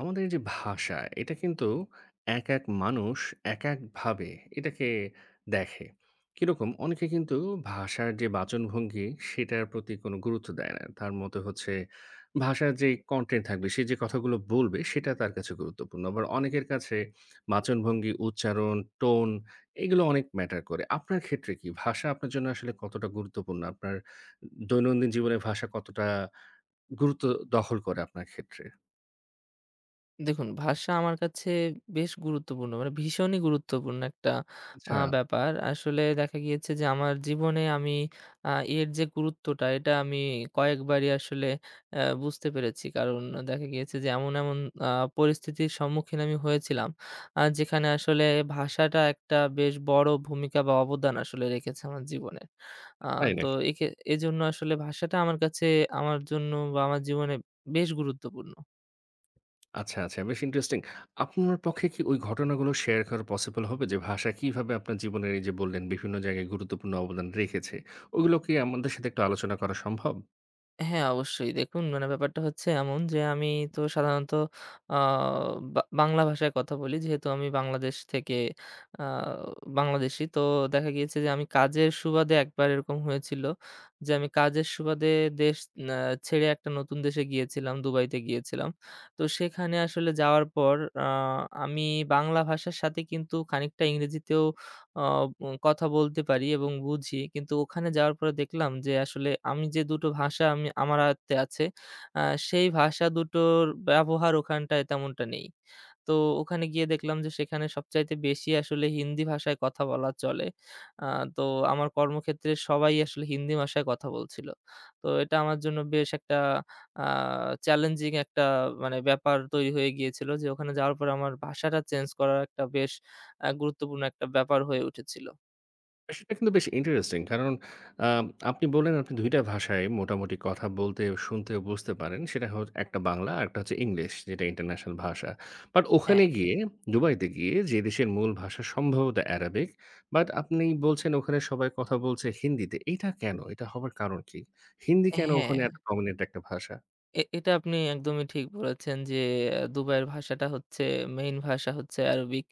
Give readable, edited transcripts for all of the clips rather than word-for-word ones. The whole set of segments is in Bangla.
আমাদের যে ভাষা এটা কিন্তু এক এক মানুষ এক একভাবে এটাকে দেখে কিরকম অনেকে কিন্তু ভাষার যে বাচনভঙ্গি সেটার প্রতি কোনো গুরুত্ব দেয় না, তার মতে হচ্ছে ভাষার যে কন্টেন্ট থাকবে, সে যে কথাগুলো বলবে সেটা তার কাছে গুরুত্বপূর্ণ। আবার অনেকের কাছে বাচনভঙ্গি, উচ্চারণ, টোন এগুলো অনেক ম্যাটার করে। আপনার ক্ষেত্রে কি ভাষা আপনার জন্য আসলে কতটা গুরুত্বপূর্ণ? আপনার দৈনন্দিন জীবনে ভাষা কতটা গুরুত্ব দখল করে আপনার ক্ষেত্রে? দেখুন, ভাষা আমার কাছে বেশ গুরুত্বপূর্ণ। মানে ভীষণই গুরুত্বপূর্ণ একটা আচ্ছা। ব্যাপার। আসলে দেখা গিয়েছে যে আমার জীবনে আমি আ এর যে গুরুত্বটা এটা আমি কয়েকবারই আসলে বুঝতে পেরেছি। কারণ দেখা গিয়েছে যে এমন আ পরিস্থিতির সম্মুখীন আমি হয়েছিলাম, যেখানে আসলে ভাষাটা একটা বেশ বড় ভূমিকা বা অবদান আসলে রেখেছে আমার জীবনে। আ তাই তো নাকি? এখে এজন্য আসলে ভাষাটা আমার কাছে, আমার জন্য বা আমার জীবনে বেশ গুরুত্বপূর্ণ। আচ্ছা, আচ্ছা। বেশ ইন্টারেস্টিং। আপনার পক্ষে কি ওই ঘটনাগুলো শেয়ার করা পসিবল হবে? যে ভাষা কিভাবে আপনার জীবনের এই যে বললেন বিভিন্ন জায়গায় গুরুত্বপূর্ণ অবদান রেখেছে, ওগুলো কি আমাদের সাথে একটু আলোচনা করা সম্ভব? হ্যাঁ, অবশ্যই। দেখুন মানে ব্যাপারটা হচ্ছে এমন যে আমি তো সাধারণত আ বা বাংলা ভাষায় কথা বলি। যেহেতু আমি বাংলাদেশ থেকে, আ বাংলাদেশী। তো দেখা গিয়েছে যে আমি কাজের সুবাদে একবার এরকম হয়েছিল যে আমি কাজের সুবাদে দেশ আ ছেড়ে একটা নতুন দেশে গিয়েছিলাম, দুবাইতে গিয়েছিলাম। তো সেখানে আসলে যাওয়ার পর আ আমি বাংলা ভাষার সাথে কিন্তু খানিকটা ইংরেজিতেও আ উম কথা বলতে পারি এবং বুঝি। কিন্তু ওখানে যাওয়ার পরে দেখলাম যে আসলে আমি যে দুটো ভাষা আমি আমার আয়ত্তে আছে, আ সেই ভাষা দুটোর ব্যবহার ওখানটায় তেমনটা নেই। তো ওখানে গিয়ে দেখলাম যে সেখানে সবচাইতে বেশি আসলে হিন্দি ভাষায় কথা বলা চলে। আ তো আমার কর্মক্ষেত্রে সবাই আসলে হিন্দি ভাষায় কথা বলছিল। তো এটা আমার জন্য বেশ একটা আ চ্যালেঞ্জিং একটা মানে ব্যাপার তৈরি হয়ে গিয়েছিল যে ওখানে যাওয়ার পরে আমার ভাষাটা চেঞ্জ করার একটা বেশ গুরুত্বপূর্ণ একটা ব্যাপার হয়ে উঠেছিল। সেটা কিন্তু বেশ ইন্টারেস্টিং। কারণ আম আপনি বললেন আপনি ২ টা ভাষায় মোটামুটি কথা বলতে, শুনতে ও বুঝতে পারেন। সেটা হল একটা বাংলা, আরেকটা হচ্ছে ইংলিশ, যেটা ইন্টারন্যাশনাল ভাষা। বাট হ্যাঁ, ওখানে গিয়ে, দুবাইতে গিয়ে, যে দেশের মূল ভাষা সম্ভবত অ্যারাবিক। বাট আপনি বলছেন ওখানে সবাই কথা বলছে হিন্দিতে। এটা কেন? এটা হবার কারণ কি? হিন্দি কেন ওখানে হ্যাঁ। এত প্রমিনেন্ট একটা ভাষা? এটা আপনি একদমই ঠিক বলেছেন যে দুবাইয়ের ভাষাটা হচ্ছে, মেইন ভাষা হচ্ছে আরবিক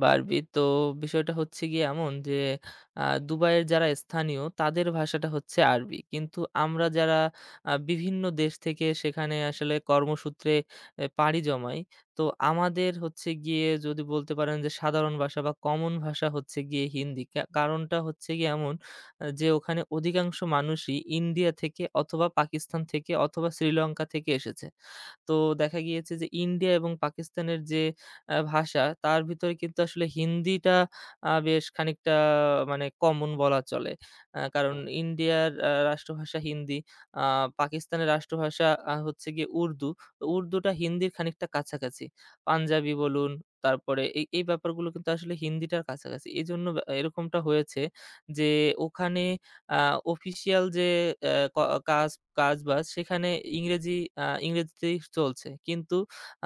বা আরবি। তো বিষয়টা হচ্ছে গিয়ে এমন যে দুবাইয়ের যারা স্থানীয় তাদের ভাষাটা হচ্ছে আরবি। কিন্তু আমরা যারা বিভিন্ন দেশ থেকে সেখানে আসলে কর্মসূত্রে পাড়ি জমাই, তো আমাদের হচ্ছে গিয়ে যদি বলতে পারেন যে সাধারণ ভাষা বা কমন ভাষা হচ্ছে গিয়ে হিন্দি। কারণটা হচ্ছে গিয়ে এমন, যে ওখানে অধিকাংশ মানুষই ইন্ডিয়া থেকে অথবা পাকিস্তান থেকে অথবা শ্রীলঙ্কা থেকে এসেছে। তো দেখা গিয়েছে যে ইন্ডিয়া এবং পাকিস্তানের যে ভাষা তার ভিতরে কিন্তু আসলে হিন্দিটা বেশ খানিকটা মানে কমন বলা চলে। কারণ হুম। ইন্ডিয়ার রাষ্ট্রভাষা হিন্দি, আ পাকিস্তানের রাষ্ট্রভাষা হচ্ছে গিয়ে উর্দু। তো উর্দুটা হিন্দির খানিকটা কাছাকাছি। পাঞ্জাবি বলুন, তারপরে এই ব্যাপারগুলো কিন্তু আসলে হিন্দিটার কাছাকাছি। এজন্য এরকমটা হয়েছে যে ওখানে আ অফিসিয়াল যে ক কাজ, কাজ-বাজ সেখানে ইংরেজি ইংরেজিতেই চলছে। কিন্তু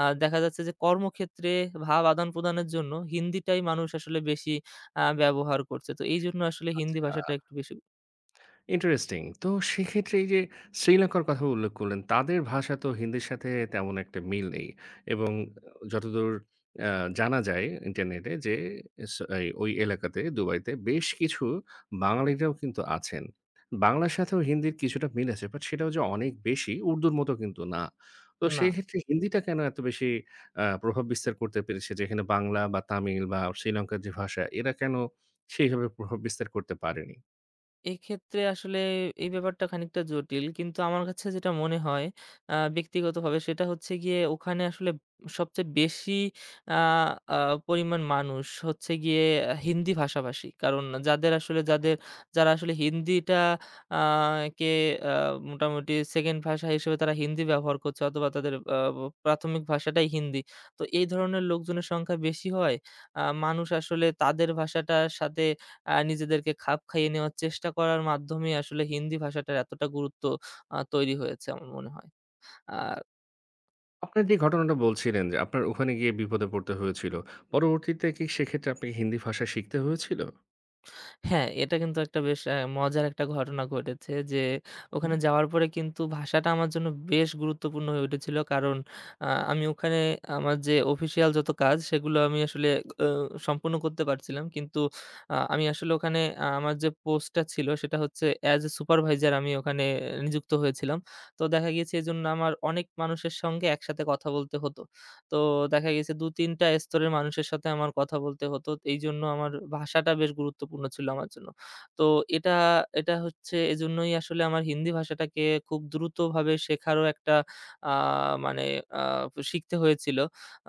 দেখা যাচ্ছে যে কর্মক্ষেত্রে ভাব আদান-প্রদানের জন্য হিন্দিটাই মানুষ আসলে বেশি ব্যবহার করছে। তো এইজন্য আসলে হিন্দি আচ্ছা। ভাষাটা একটু বেশি। ইন্টারেস্টিং। তো সেক্ষেত্রে এই যে শ্রীলঙ্কার কথা উল্লেখ করলেন, তাদের ভাষা তো হিন্দির সাথে তেমন একটা মিল নেই এবং যতদূর আ জানা যায় ইন্টারনেটে যে এই ওই এলাকাতে দুবাইতে বেশ কিছু বাঙালিরাও কিন্তু আছেন। বাংলার সাথেও হিন্দির কিছুটা মিল আছে। বাট সেটাও যে অনেক বেশি উর্দুর মতো কিন্তু না। তো না। সেই ক্ষেত্রে হিন্দিটা কেন এত বেশি প্রভাব বিস্তার করতে পেরেছে? যেখানে বাংলা বা তামিল বা শ্রীলঙ্কার যে ভাষা, এরা কেন সেইভাবে প্রভাব বিস্তার করতে পারেনি? এক্ষেত্রে আসলে এই ব্যাপারটা খানিকটা জটিল। কিন্তু আমার কাছে যেটা মনে হয় ব্যক্তিগতভাবে সেটা হচ্ছে গিয়ে ওখানে আসলে সবচেয়ে বেশি আ আ পরিমাণ মানুষ হচ্ছে গিয়ে হিন্দি ভাষাভাষী। কারণ যাদের আসলে যাদের যারা আসলে হিন্দিটা আ কে আ মোটামুটি 2nd ভাষা হিসেবে তারা হিন্দি ব্যবহার করছে, অথবা তাদের প্রাথমিক ভাষাটাই হিন্দি। তো এই ধরনের লোকজনের সংখ্যা বেশি হয়। মানুষ আসলে তাদের ভাষাটার সাথে নিজেদেরকে খাপ খাইয়ে নেওয়ার চেষ্টা করার মাধ্যমেই আসলে হিন্দি ভাষাটার এতটা গুরুত্ব তৈরি হয়েছে আমার মনে হয়। আর আপনার যে ঘটনাটা বলছিলেন যে আপনার ওখানে গিয়ে বিপদে পড়তে হয়েছিল। পরবর্তীতে কি সেক্ষেত্রে আপনাকে হিন্দি ভাষা শিখতে হয়েছিল? হ্যাঁ, এটা কিন্তু একটা বেশ মজার একটা ঘটনা ঘটেছে যে, ওখানে হুম। যাওয়ার পরে কিন্তু ভাষাটা আমার জন্য বেশ গুরুত্বপূর্ণ হয়ে উঠেছিল। কারণ আমি ওখানে আমার যে অফিসিয়াল যত কাজ সেগুলো আমি আসলে অ সম্পূর্ণ করতে পারছিলাম। কিন্তু আমি আসলে ওখানে আমার যে পোস্টটা ছিল সেটা হচ্ছে অ্যাজ এ সুপারভাইজার আমি ওখানে নিযুক্ত হয়েছিলাম। তো দেখা গিয়েছে এজন্য আমার অনেক মানুষের সঙ্গে একসাথে কথা বলতে হতো। তো দেখা গেছে ২-৩ টা স্তরের মানুষের সাথে আমার কথা বলতে হতো। এইজন্য আমার ভাষাটা বেশ গুরুত্বপূর্ণ ছিল আমার জন্য। তো এটা এটা হচ্ছে এজন্যই আসলে আমার হিন্দি ভাষাটাকে খুব দ্রুতভাবে শেখারও একটা আ মানে আ শিখতে হয়েছিল।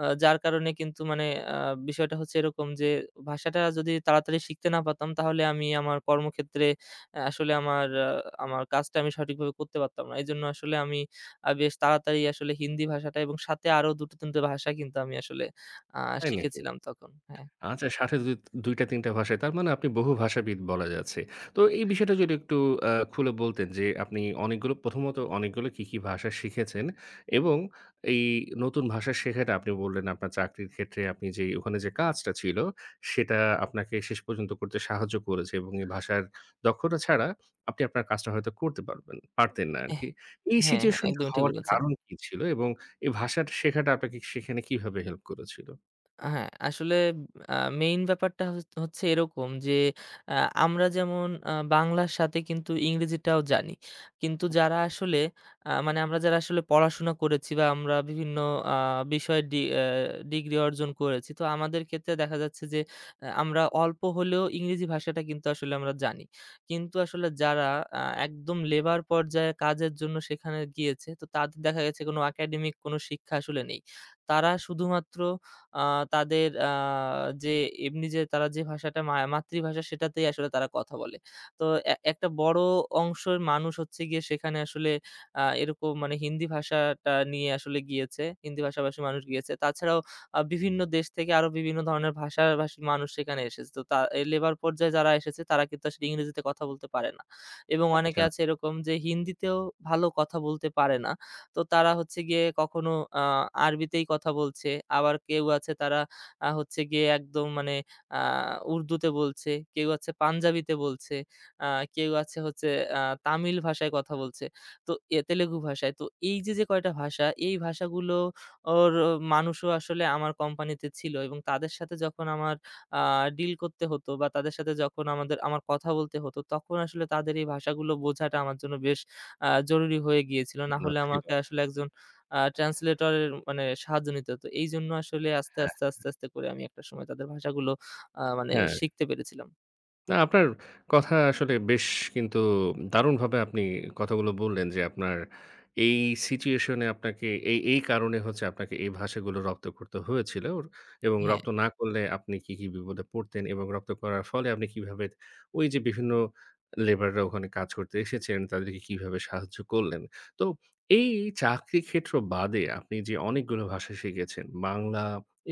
যার কারণে কিন্তু মানে আ বিষয়টা হচ্ছে এরকম যে ভাষাটা যদি তাড়াতাড়ি শিখতে না পারতাম তাহলে আমি আমার কর্মক্ষেত্রে আসলে আমার কাজটা আমি সঠিকভাবে করতে পারতাম না। এজন্য আসলে আমি বেশ তাড়াতাড়ি আসলে হিন্দি ভাষাটা এবং সাথে আরো ২ ৩ টে ভাষা কিন্তু আমি আসলে আ তাই নাকি? শিখেছিলাম তখন। হ্যাঁ। আচ্ছা, ৬০ এ ২ টা ৩ টা ভাষায়। তার মানে আপনি বহু ভাষাবিদ বলা যাচ্ছে। তো এই বিষয়টা যদি একটু খুলে বলতেন যে আপনি অনেকগুলো, প্রথমত অনেকগুলো কি, কি ভাষা শিখেছেন? এবং এই নতুন ভাষা শেখাটা আপনি বললেন আপনার চাকরির ক্ষেত্রে, আপনি যে ওখানে যে কাজটা ছিল সেটা আপনাকে শেষ পর্যন্ত করতে সাহায্য করেছে এবং এই ভাষার দক্ষতা ছাড়া আপনি আপনার কাজটা হয়তো করতে পারবেন পারতেন না এহ আরকি। এই হ্যাঁ, হ্যাঁ, সিচুয়েশন টা একদমই ঠিক হওয়ার বলেছেন। কারণ কি ছিল? এবং এই ভাষাটা শেখাটা আপনাকে সেখানে কিভাবে হেল্প করেছিল? হ্যাঁ, আসলে আ মেইন ব্যাপারটা হচ্ছে এরকম যে আ আমরা যেমন বাংলার সাথে কিন্তু ইংরেজিটাও জানি। কিন্তু যারা আসলে মানে আমরা যারা আসলে পড়াশোনা করেছি বা আমরা বিভিন্ন আ বিষয়ে ডি অ্যা ডিগ্রি অর্জন করেছি। তো আমাদের ক্ষেত্রে দেখা যাচ্ছে যে আমরা অল্প হলেও ইংরেজি ভাষাটা কিন্তু আসলে আমরা জানি। কিন্তু আসলে যারা একদম লেবার পর্যায়ে কাজের জন্য সেখানে গিয়েছে তো তাদের দেখা গেছে কোনো একাডেমিক কোনো শিক্ষা আসলে নেই। তারা শুধুমাত্র আ তাদের আ যে এমনি যে তারা যে ভাষাটা মাতৃভাষা সেটাতেই আসলে তারা কথা বলে। তো একটা বড় অংশের মানুষ হচ্ছে গিয়ে সেখানে আসলে এরকম মানে হিন্দি ভাষাটা নিয়ে আসলে গিয়েছে। হিন্দি ভাষাভাষী মানুষ গিয়েছে। তাছাড়াও বিভিন্ন দেশ থেকে আরো বিভিন্ন ধরনের ভাষাভাষী মানুষ সেখানে এসেছে। তো তা এ লেবার পর্যায়ে যারা এসেছে তারা কিন্তু আসলে ইংরেজিতে কথা বলতে পারে না। এবং অনেকে আচ্ছা, আছে এরকম যে হিন্দিতেও ভালো কথা বলতে পারে না। তো তারা হচ্ছে গিয়ে কখনো আ আরবিতেই কথা বলছে। আবার কেউ আছে তারা হচ্ছে গিয়ে একদম মানে আ উর্দুতে বলছে, কেউ আছে পাঞ্জাবিতে বলছে, আ কেউ আছে হচ্ছে তামিল ভাষায় কথা বলছে। তো তেলেগু ভাষায়। তো এই যে, যে কয়টা ভাষা, এই ভাষাগুলো ওর মানুষও আসলে আমার কোম্পানিতে ছিল এবং তাদের সাথে যখন আমার আ ডিল করতে হতো বা তাদের সাথে যখন আমার কথা বলতে হতো, তখন আসলে তাদের এই ভাষাগুলো বোঝাটা আমার জন্য বেশ জরুরি হয়ে গিয়েছিল। না অন্য হলে ছিল। আমাকে আসলে একজন ট্রান্সলেটর এর মানে সাহায্য নিতে হতো। এইজন্য আসলে আস্তে আস্তে করে আমি একটা সময় তাদের ভাষাগুলো মানে হ্যাঁ, শিখতে পেরেছিলাম। না আপনার কথা আসলে বেশ কিন্তু দারুণভাবে আপনি কথাগুলো বললেন যে, আপনার এই সিচুয়েশন এ আপনাকে এই, এই কারণে হচ্ছে আপনাকে এই ভাষাগুলো রপ্ত করতে হয়েছিল এবং হ্যাঁ, রপ্ত না করলে আপনি কি, কি বিপদে পড়তেন এবং রপ্ত করার ফলে আপনি কিভাবে ওই যে বিভিন্ন লেবাররা ওখানে কাজ করতে এসেছেন, তাদেরকে কিভাবে সাহায্য করলেন। তো এই চাকরি ক্ষেত্র বাদে আপনি যে অনেকগুলো ভাষা শিখেছেন, বাংলা,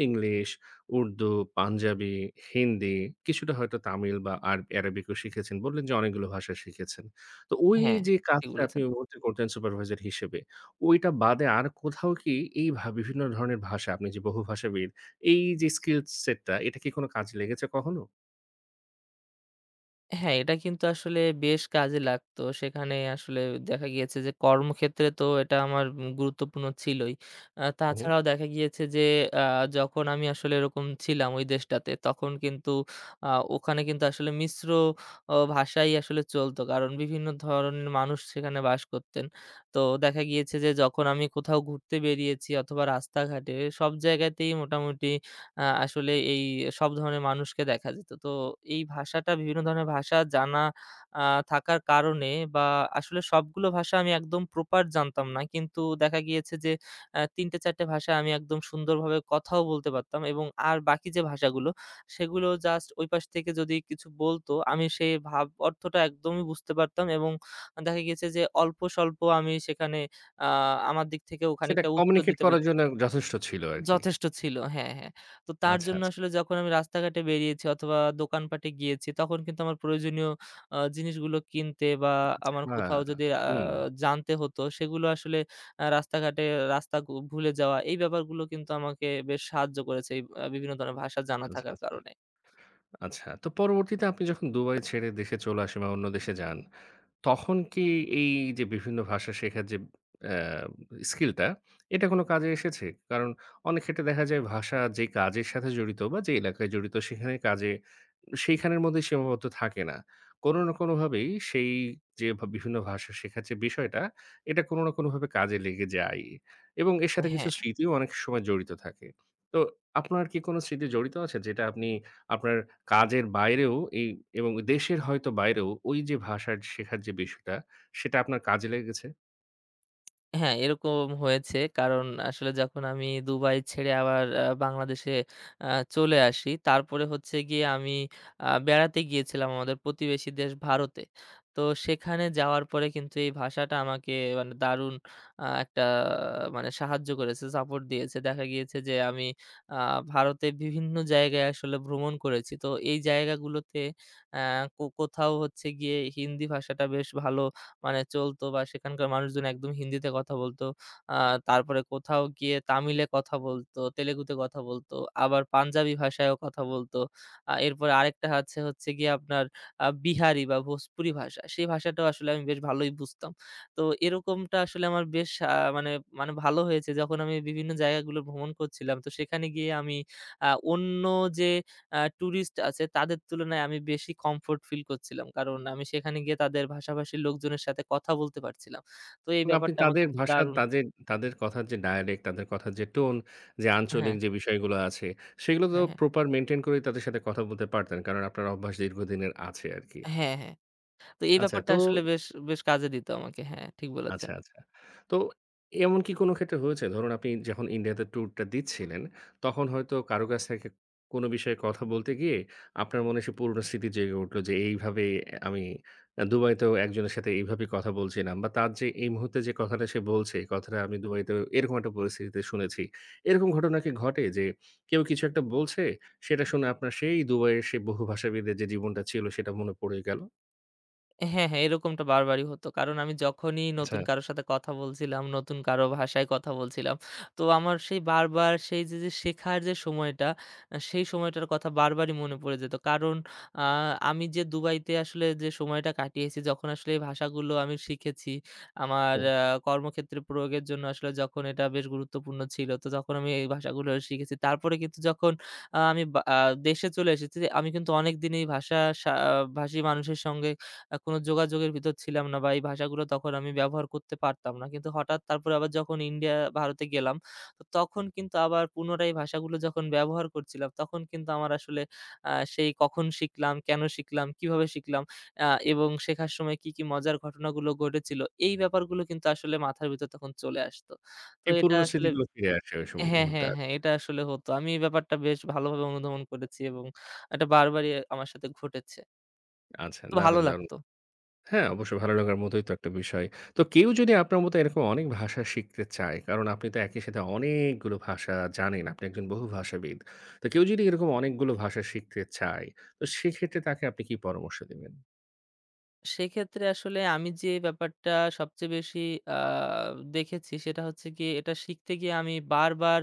ইংলিশ, উর্দু, পাঞ্জাবি, হিন্দি, কিছুটা হয়তো তামিল বা আর অ্যারাবিকও শিখেছেন। বললেন যে অনেকগুলো ভাষা শিখেছেন। তো ওই হ্যাঁ, যে ঠিক কাজটা আপনি বলেছেন। ওই মুহূর্তে করতেন সুপারভাইজার হিসেবে, ওইটা বাদে আর কোথাও কি এই বিভিন্ন ধরনের ভাষা, আপনি যে বহুভাষাবিদ, এই যে স্কিল সেটটা, এটা কি কোনো কাজে লেগেছে কখনো? হ্যাঁ, এটা কিন্তু আসলে বেশ কাজে লাগতো। সেখানে আসলে দেখা গিয়েছে যে কর্মক্ষেত্রে তো এটা আমার গুরুত্বপূর্ণ ছিলই। হুম। তাছাড়াও দেখা গিয়েছে যে আ যখন আমি আসলে এরকম ছিলাম ওই দেশটাতে তখন কিন্তু আ ওখানে কিন্তু আসলে মিশ্র ভাষাই আসলে চলতো। কারণ বিভিন্ন ধরনের মানুষ সেখানে বাস করতেন। তো দেখা গিয়েছে যে যখন আমি কোথাও ঘুরতে বেরিয়েছি অথবা রাস্তাঘাটে সব জায়গাতেই মোটামুটি আসলে এই সব ধরনের মানুষকে দেখা যেত। তো এই ভাষাটা, বিভিন্ন ধরনের ভাষা জানা আ থাকার কারণে, বা আসলে সবগুলো ভাষা আমি একদম প্রপার জানতাম না। কিন্তু দেখা গিয়েছে যে ৩ টে ৪ টে ভাষা আমি একদম সুন্দরভাবে কথাও বলতে পারতাম এবং আর বাকি যে ভাষাগুলো সেগুলো জাস্ট ওই পাশ থেকে যদি কিছু বলতো আমি সেই ভাব অর্থটা একদমই বুঝতে পারতাম এবং দেখা গিয়েছে যে অল্প স্বল্প আমি সেখানে আ আমার দিক থেকেও সেটা খানিকটা উত্তর কমিউনিকেট দিতে করার পারতাম। জন্য যথেষ্ট ছিল আরকি। যথেষ্ট ছিল। হ্যাঁ, হ্যাঁ। তো তার আচ্ছা, জন্য আচ্ছা, আসলে যখন আমি রাস্তাঘাটে বেরিয়েছি অথবা দোকানপাটে গিয়েছি তখন কিন্তু আমার প্রয়োজনীয় জিনিসগুলো কিনতে বা আমার আচ্ছা। কোথাও যদি হুম। জানতে হতো সেগুলো আসলে আ রাস্তাঘাটে রাস্তা ভুলে যাওয়া এই ব্যাপারগুলো কিন্তু আমাকে বেশ সাহায্য করেছে এই বিভিন্ন ধরনের ভাষা জানা আচ্ছা, থাকার আচ্ছা, কারণে। আচ্ছা। তো পরবর্তীতে আপনি যখন দুবাই ছেড়ে দেশে চলে আসেন বা অন্য দেশে যান, তখন কি এই যে বিভিন্ন ভাষা শেখার যে আ স্কিলটা, এটা কোনো কাজে এসেছে? কারণ অনেক ক্ষেত্রে দেখা যায় ভাষা যে কাজের সাথে জড়িত বা যে এলাকায় জড়িত সেখানে কাজে সেইখানের মধ্যেই সীমাবদ্ধ থাকে না। কোনো না কোনোভাবেই সেই যে বিভিন্ন ভাষা শেখার যে বিষয়টা, এটা কোনো না কোনোভাবে কাজে লেগে যায় এবং এর সাথে কিছু হ্যাঁ। স্মৃতিও অনেক সময় জড়িত থাকে। তো আপনার কি কোনো স্মৃতি জড়িত আছে যেটা আপনি আপনার কাজের বাইরেও এই এবং দেশের হয়তো বাইরেও ওই যে ভাষার শেখার যে বিষয়টা, সেটা আপনার কাজে লেগেছে? হ্যাঁ, এরকম হয়েছে। কারণ আসলে যখন আমি দুবাই ছেড়ে আবার বাংলাদেশে আ চলে আসি, তারপরে হচ্ছে গিয়ে আমি বেড়াতে গিয়েছিলাম আমাদের প্রতিবেশী দেশ ভারতে। তো সেখানে যাওয়ার পরে কিন্তু এই ভাষাটা আমাকে মানে দারুণ একটা মানে সাহায্য করেছে, সাপোর্ট দিয়েছে। দেখা গিয়েছে যে আমি আ ভারতে বিভিন্ন জায়গায় আসলে ভ্রমণ করেছি। তো এই জায়গাগুলোতে অ্যা কো কোথাও হচ্ছে গিয়ে হিন্দি ভাষাটা বেশ ভালো মানে চলতো বা সেখানকার মানুষজন একদম হিন্দিতে কথা বলতো। আ তারপরে কোথাও গিয়ে তামিলে কথা বলতো, তেলেগুতে কথা বলতো, আবার পাঞ্জাবি ভাষায়ও কথা বলতো। এরপরে আরেকটা আছে হচ্ছে গিয়ে আপনার বিহারি বা ভোজপুরি ভাষা। সেই ভাষাটাও আসলে আমি বেশ ভালোই বুঝতাম। তো এরকমটা আসলে আমার বেশ আ মানে মানে ভালো হয়েছে যখন আমি বিভিন্ন জায়গাগুলো ভ্রমণ করছিলাম। তো সেখানে গিয়ে আমি অন্য যে টুরিস্ট আছে তাদের তুলনায় আমি বেশি কমফোর্ট ফিল করছিলাম। কারণ আমি সেখানে গিয়ে তাদের ভাষাভাষীর লোকজনের সাথে কথা বলতে পারছিলাম। তো এই এবং আপনি ব্যাপারটা আমাকে তাদের ভাষা, দারুণ, তাদের তাদের কথার যে ডায়ালেক্ট, তাদের কথার যে টোন, যে হ্যাঁ, আঞ্চলিক যে বিষয়গুলো আছে, সেগুলো তো হ্যাঁ, হ্যাঁ, প্রপার মেইনটেইন করেই তাদের সাথে কথা বলতে পারতেন। কারণ আপনার অভ্যাস দীর্ঘদিনের আছে আরকি। হ্যাঁ, হ্যাঁ। তো এই আচ্ছা ব্যাপারটা তো, আসলে বেশ কাজে দিত আমাকে। হ্যাঁ, ঠিক বলেছেন। আচ্ছা, আচ্ছা। তো এমন কি কোনো ক্ষেত্রে হয়েছে? ধরুন আপনি যখন ইন্ডিয়াতে ট্যুরটা দিচ্ছিলেন, তখন হয়তো কারো কাছ থেকে কোনো বিষয়ে কথা বলতে গিয়ে আপনার মনে সে পুরনো স্মৃতি জেগে উঠল যে এইভাবে আমি দুবাইতেও একজনের সাথে এইভাবে কথা বলছিলাম, বা তার যে এই মুহূর্তে যে কথাটা সে বলছে, এই কথাটা আমি দুবাইতেও এরকম একটা পরিস্থিতিতে শুনেছি। এরকম ঘটনা কি ঘটে যে কেউ কিছু একটা বলছে, সেটা শুনে আপনার সেই দুবাইয়ের সেই বহু ভাষাবিদের যে জীবনটা ছিল সেটা মনে পড়ে গেল? হ্যাঁ, হ্যাঁ, এরকমটা বারবারই হতো। কারণ আমি যখনই আচ্ছা, নতুন কারো সাথে কথা বলছিলাম, নতুন কারো ভাষায় কথা বলছিলাম, তো আমার সেই বারবার সেই যে, যে শেখার যে সময়টা, সেই সময়টার কথা বারবারই মনে পড়ে যেত। কারণ আ আমি যে দুবাইতে আসলে যে সময়টা কাটিয়েছি, যখন আসলে এই ভাষাগুলো আমি শিখেছি, আমার হুম। কর্মক্ষেত্রে প্রয়োগের জন্য আসলে যখন এটা বেশ গুরুত্বপূর্ণ ছিল, তো যখন আমি এই ভাষাগুলো শিখেছি। তারপরে কিন্তু যখন আ আমি বা আ দেশে চলে এসেছি, আমি কিন্তু অনেকদিন এই ভাষা সা ভাষী মানুষের সঙ্গে কোনো যোগাযোগের ভিতর ছিলাম না বা এই ভাষাগুলো তখন আমি ব্যবহার করতে পারতাম না। কিন্তু হঠাৎ তারপরে আবার যখন ইন্ডিয়া, ভারতে গেলাম, তো তখন কিন্তু আবার পুনরায় ভাষাগুলো যখন ব্যবহার করছিলাম, তখন কিন্তু আমার আসলে সেই কখন শিখলাম, কেন শিখলাম, কিভাবে শিখলাম এবং শেখার সময় কি, কি মজার ঘটনাগুলো ঘটেছিল, এই ব্যাপারগুলো কিন্তু আসলে মাথার ভিতর তখন চলে আসতো। তো এই এটা পুরনো আসলে, স্মৃতিগুলো ফিরে আসে ওই হ্যাঁ, মুহূর্তে। হ্যাঁ, হ্যাঁ, এটা আসলে হতো। আমি এই ব্যাপারটা বেশ ভালোভাবে অনুধাবন করেছি এবং এটা বারবারই আমার সাথে ঘটেছে। আচ্ছা, তো ভালো দারুণ, দারুণ। লাগতো। হ্যাঁ, অবশ্যই ভালো লাগার মতোই তো একটা বিষয়। তো কেউ যদি আপনার মতো এরকম অনেক ভাষা শিখতে চায়, কারণ আপনি তো একই সাথে অনেকগুলো ভাষা জানেন, আপনি একজন বহুভাষাবিদ। তো কেউ যদি এরকম অনেকগুলো ভাষা শিখতে চায়, তো সেক্ষেত্রে তাকে আপনি কি পরামর্শ দিবেন? সেক্ষেত্রে আসলে আমি যে ব্যাপারটা সবচেয়ে বেশি আ দেখেছি সেটা হচ্ছে গিয়ে এটা শিখতে গিয়ে আমি বারবার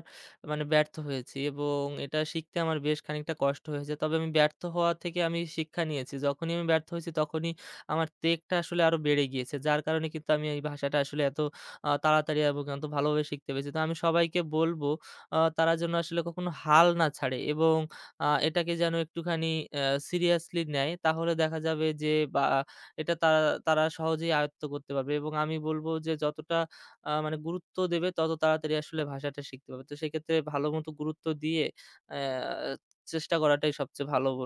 মানে ব্যর্থ হয়েছি এবং এটা শিখতে আমার বেশ খানিকটা কষ্ট হয়েছে। তবে আমি ব্যর্থ হওয়া থেকে আমি শিক্ষা নিয়েছি। যখনই আমি ব্যর্থ হয়েছি তখনই আমার তেগটা আসলে আরো বেড়ে গিয়েছে। যার কারণে কিন্তু আমি এই ভাষাটা আসলে এত তাড়াতাড়ি এবং এত ভালোভাবে শিখতে পেরেছি। তো আমি সবাইকে বলব তারা যেন আসলে কখনো হাল না ছাড়ে এবং এটাকে যেন একটুখানি অ্যা সিরিয়াসলি নেয়। তাহলে দেখা যাবে যে বা এটা তারা তারা সহজেই আয়ত্ত করতে পারবে এবং আমি বলব যে যতটা মানে গুরুত্ব দেবে তত তাড়াতাড়ি আসলে ভাষাটা শিখতে পারবে। তো সেক্ষেত্রে ভালোমতো গুরুত্ব দিয়ে অ্যা চেষ্টা করাটাই সবচেয়ে ভালো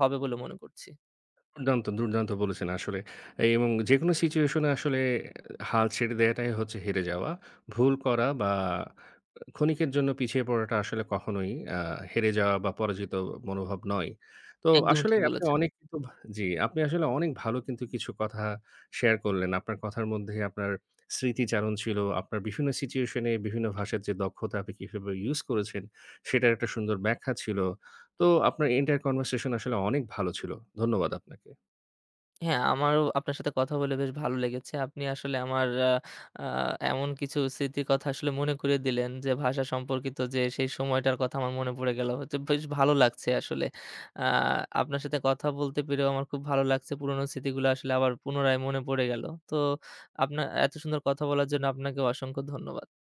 হবে বলে মনে করছি। দুর্দান্ত, দুর্দান্ত বলেছেন আসলে। এই এবং যেকোনো সিচুয়েশনে আসলে হাল ছেড়ে দেয়াটাই হচ্ছে হেরে যাওয়া। ভুল করা বা ক্ষণিকের জন্য পিছিয়ে পড়াটা আসলে কখনোই আ হেরে যাওয়া বা পরাজিত মনোভাব নয়। তো একদমই আসলে ঠিক আপনি বলেছেন। অনেক কিন্তু জি, আপনি আসলে অনেক ভালো কিন্তু কিছু কথা শেয়ার করলেন। আপনার কথার মধ্যে আপনার স্মৃতিচারণ ছিল, আপনার বিভিন্ন সিচুয়েশনে বিভিন্ন ভাষার যে দক্ষতা আপনি কিভাবে ইউজ করেছেন, সেটার একটা সুন্দর ব্যাখ্যা ছিল। তো আপনার এন্টায়ার কনভারসেশন আসলে অনেক ভালো ছিল। ধন্যবাদ আপনাকে। হ্যাঁ, আমারও আপনার সাথে কথা বলে বেশ ভালো লেগেছে। আপনি আসলে আমার আ আ এমন কিছু স্মৃতির কথা আসলে মনে করিয়ে দিলেন যে, ভাষা সম্পর্কিত যে সেই সময়টার কথা আমার মনে পড়ে গেল। তো বেশ ভালো লাগছে আসলে। আ আপনার সাথে কথা বলতে পেরেও আমার খুব ভালো লাগছে। পুরোনো স্মৃতিগুলো আসলে আবার পুনরায় মনে পড়ে গেল। তো আপনার এত সুন্দর কথা বলার জন্য আপনাকেও অসংখ্য ধন্যবাদ।